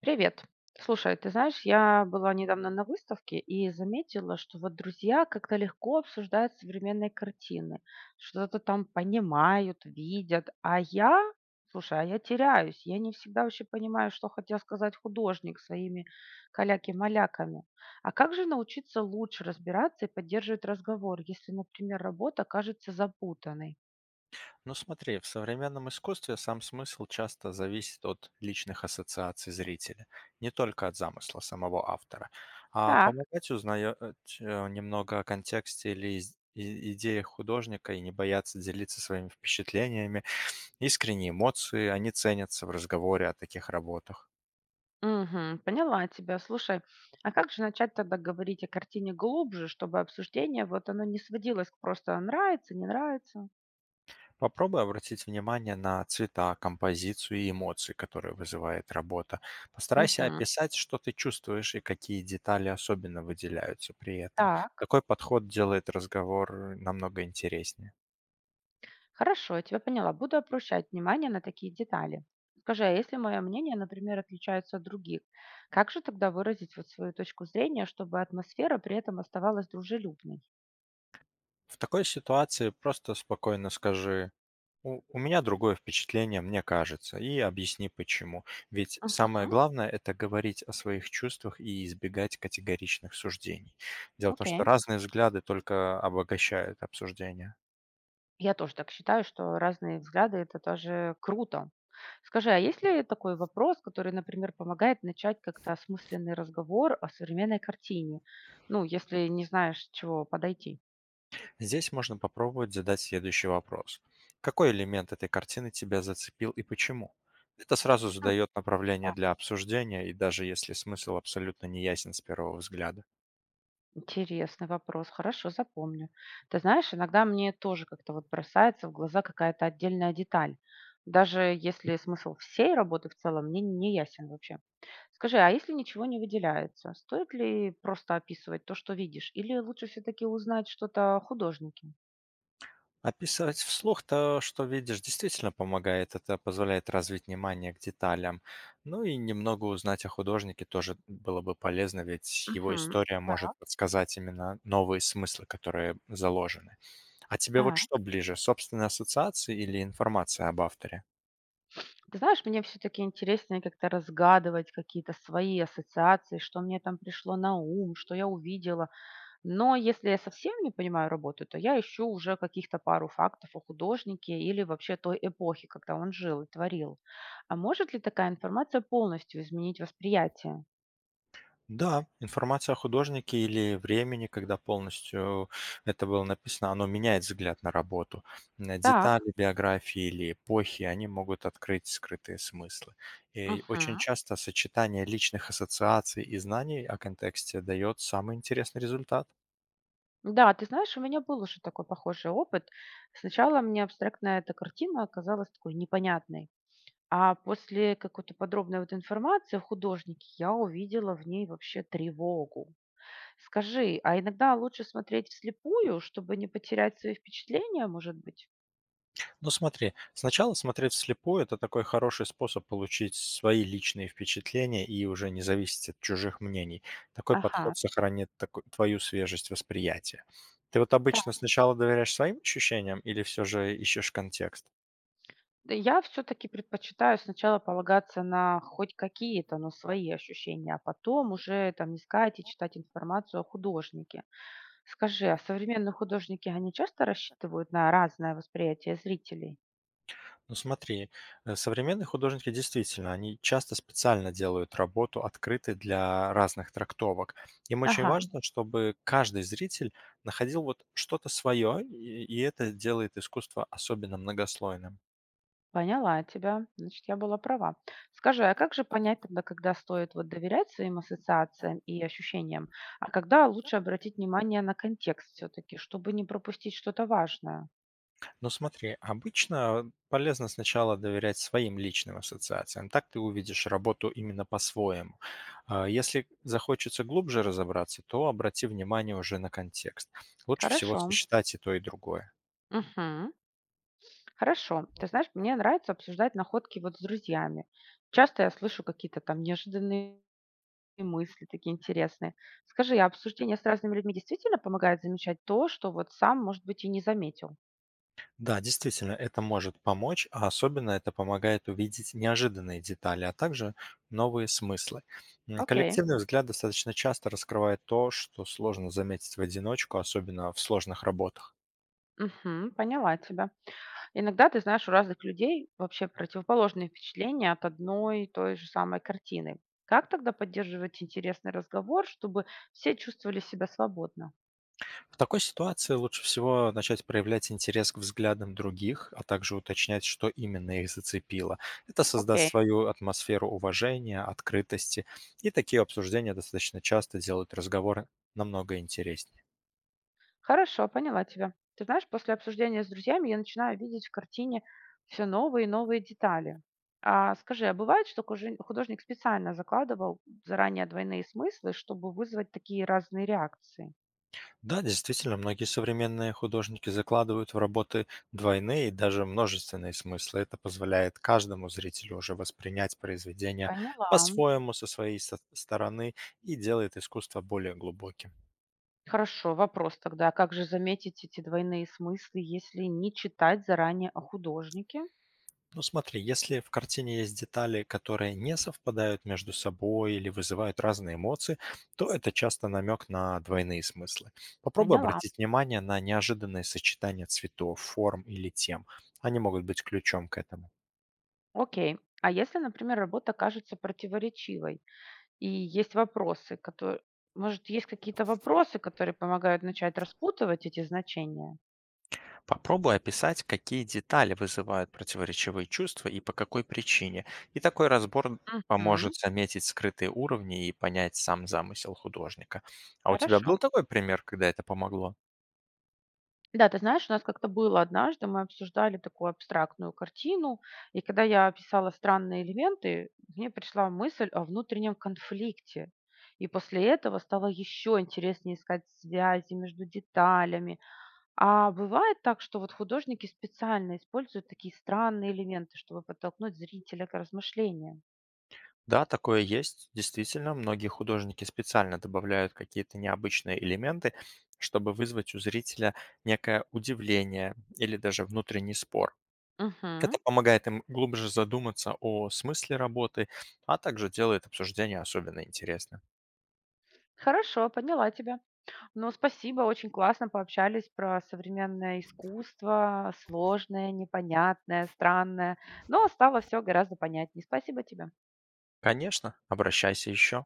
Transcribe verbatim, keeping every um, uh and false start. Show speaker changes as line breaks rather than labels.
Привет. Слушай, ты знаешь, я была недавно на выставке и заметила, что вот друзья как-то легко обсуждают современные картины, что-то там понимают, видят, а я, слушай, а я теряюсь, я не всегда вообще понимаю, что хотел сказать художник своими каляки-маляками. А как же научиться лучше разбираться и поддерживать разговор, если, например, работа кажется запутанной?
Ну смотри, в современном искусстве сам смысл часто зависит от личных ассоциаций зрителя, не только от замысла самого автора, а
Так.
помогать узнать э, э, немного о контексте или из- и- идеях художника и не бояться делиться своими впечатлениями. Искренние эмоции, они ценятся в разговоре о таких работах.
Мгм. Поняла тебя. Слушай, а как же начать тогда говорить о картине глубже, чтобы обсуждение, вот оно не сводилось к просто нравится, не нравится?
Попробуй обратить внимание на цвета, композицию и эмоции, которые вызывает работа. Постарайся
Мгм.
описать, что ты чувствуешь и какие детали особенно выделяются при этом.
Так,
Такой подход делает разговор намного интереснее.
хорошо, я тебя поняла. Буду обращать внимание на такие детали. Скажи, а если мое мнение, например, отличается от других, как же тогда выразить вот свою точку зрения, чтобы атмосфера при этом оставалась дружелюбной?
В такой ситуации просто спокойно скажи: «У, у меня другое впечатление, мне кажется», и объясни почему. Ведь
Мгм.
самое главное — это говорить о своих чувствах и избегать категоричных суждений. Дело в том, что
Окей.
разные взгляды только обогащают обсуждение.
Я тоже так считаю, что разные взгляды – это тоже круто. Скажи, а есть ли такой вопрос, который, например, помогает начать как-то осмысленный разговор о современной картине? Ну, если не знаешь, с чего подойти.
Здесь можно попробовать задать следующий вопрос. Какой элемент этой картины тебя зацепил и почему? Это сразу
А.
задает направление
Да.
для обсуждения, и даже если смысл абсолютно не ясен с первого взгляда.
Интересный вопрос, хорошо, запомню. Ты знаешь, иногда мне тоже как-то вот бросается в глаза какая-то отдельная деталь, даже если смысл всей работы в целом мне не ясен вообще. Скажи, а если ничего не выделяется, стоит ли просто описывать то, что видишь, или лучше все-таки узнать что-то о художнике?
Описывать вслух то, что видишь, действительно помогает. Это позволяет развить внимание к деталям. Ну и немного узнать о художнике тоже было бы полезно, ведь его
Мгм.
история может
Да,
подсказать именно новые смыслы, которые заложены. А тебе
да.
вот что ближе, собственные ассоциации или информация об авторе?
Ты знаешь, мне все-таки интереснее как-то разгадывать какие-то свои ассоциации, что мне там пришло на ум, что я увидела. Но если я совсем не понимаю работу, то я ищу уже каких-то пару фактов о художнике или вообще той эпохе, когда он жил и творил. А может ли такая информация полностью изменить восприятие?
Да, информация о художнике или времени, когда полностью это было написано, оно меняет взгляд на работу. М,
Так.
детали биографии или эпохи, они могут открыть скрытые смыслы. И очень
Мгм.
часто сочетание личных ассоциаций и знаний о контексте дает самый интересный результат.
Да, ты знаешь, у меня был уже такой похожий опыт. Сначала мне абстрактная эта картина оказалась такой непонятной. А после какой-то подробной вот информации о художнике я увидела в ней вообще тревогу. Скажи, а иногда лучше смотреть вслепую, чтобы не потерять свои впечатления, может быть?
Ну смотри, сначала смотреть вслепую — это такой хороший способ получить свои личные впечатления и уже не зависеть от чужих мнений. Такой
Ага,
подход сохранит таку- твою свежесть восприятия. Ты вот
так.
обычно сначала доверяешь своим ощущениям или все же ищешь контекст?
Да, я все-таки предпочитаю сначала полагаться на хоть какие-то, но свои ощущения, а потом уже там искать и читать информацию о художнике. Скажи, а современные художники, они часто рассчитывают на разное восприятие зрителей?
Ну смотри, э, современные художники действительно, они часто специально делают работу открытой для разных трактовок. Им очень
Ага.
важно, чтобы каждый зритель находил вот что-то свое, и, и это делает искусство особенно многослойным.
Поняла тебя. Значит, я была права. Скажи, а как же понять тогда, когда стоит вот доверять своим ассоциациям и ощущениям, а когда лучше обратить внимание на контекст все-таки, чтобы не пропустить что-то важное?
Но смотри, обычно полезно сначала доверять своим личным ассоциациям. Так ты увидишь работу именно по-своему. А если захочется глубже разобраться, то обрати внимание уже на контекст. Лучше всего
Хорошо.
сочетать и то, и другое.
Мгм. Хорошо. Ты знаешь, мне нравится обсуждать находки вот с друзьями. Часто я слышу какие-то там неожиданные мысли такие интересные. Скажи, а обсуждение с разными людьми действительно помогает замечать то, что вот сам, может быть, и не заметил?
Да, действительно, это может помочь, а особенно это помогает увидеть неожиданные детали, а также новые смыслы. М,
Окей.
коллективный взгляд достаточно часто раскрывает то, что сложно заметить в одиночку, особенно в сложных работах.
Мгм. Поняла тебя. Иногда, ты знаешь, у разных людей вообще противоположные впечатления от одной и той же самой картины. Как тогда поддерживать интересный разговор, чтобы все чувствовали себя свободно?
В такой ситуации лучше всего начать проявлять интерес к взглядам других, а также уточнять, что именно их зацепило. Это создаст
Окей,
свою атмосферу уважения, открытости, и такие обсуждения достаточно часто делают разговор намного интереснее.
хорошо, поняла тебя. Ты знаешь, после обсуждения с друзьями я начинаю видеть в картине все новые и новые детали. А скажи, а бывает, что кужи- художник специально закладывал заранее двойные смыслы, чтобы вызвать такие разные реакции?
Да, действительно, многие современные художники закладывают в работы двойные и даже множественные смыслы. Это позволяет каждому зрителю уже воспринять произведение
Поняла.
по-своему, со своей со- стороны, и делает искусство более глубоким.
Хорошо, вопрос тогда. А как же заметить эти двойные смыслы, если не читать заранее о художнике?
Ну смотри, если в картине есть детали, которые не совпадают между собой или вызывают разные эмоции, то это часто намек на двойные смыслы. Попробуй
Поняла.
обратить внимание на неожиданные сочетания цветов, форм или тем. Они могут быть ключом к этому.
Окей. А если, например, работа кажется противоречивой, и есть вопросы, которые... Может, есть какие-то вопросы, которые помогают начать распутывать эти значения?
Попробуй описать, какие детали вызывают противоречивые чувства и по какой причине. И такой разбор
Угу.
поможет заметить скрытые уровни и понять сам замысел художника. А у тебя
Хорошо.
был такой пример, когда это помогло?
Да, ты знаешь, у нас как-то было однажды, мы обсуждали такую абстрактную картину, и когда я описала странные элементы, мне пришла мысль о внутреннем конфликте. И после этого стало еще интереснее искать связи между деталями. А бывает так, что вот художники специально используют такие странные элементы, чтобы подтолкнуть зрителя к размышлениям.
Да, такое есть. Действительно, многие художники специально добавляют какие-то необычные элементы, чтобы вызвать у зрителя некое удивление или даже внутренний спор.
Мгм.
Это помогает им глубже задуматься о смысле работы, а также делает обсуждение особенно интересным.
Хорошо, поняла тебя. Ну, спасибо, очень классно пообщались про современное искусство, сложное, непонятное, странное, но стало все гораздо понятнее. Спасибо тебе.
Конечно, обращайся еще.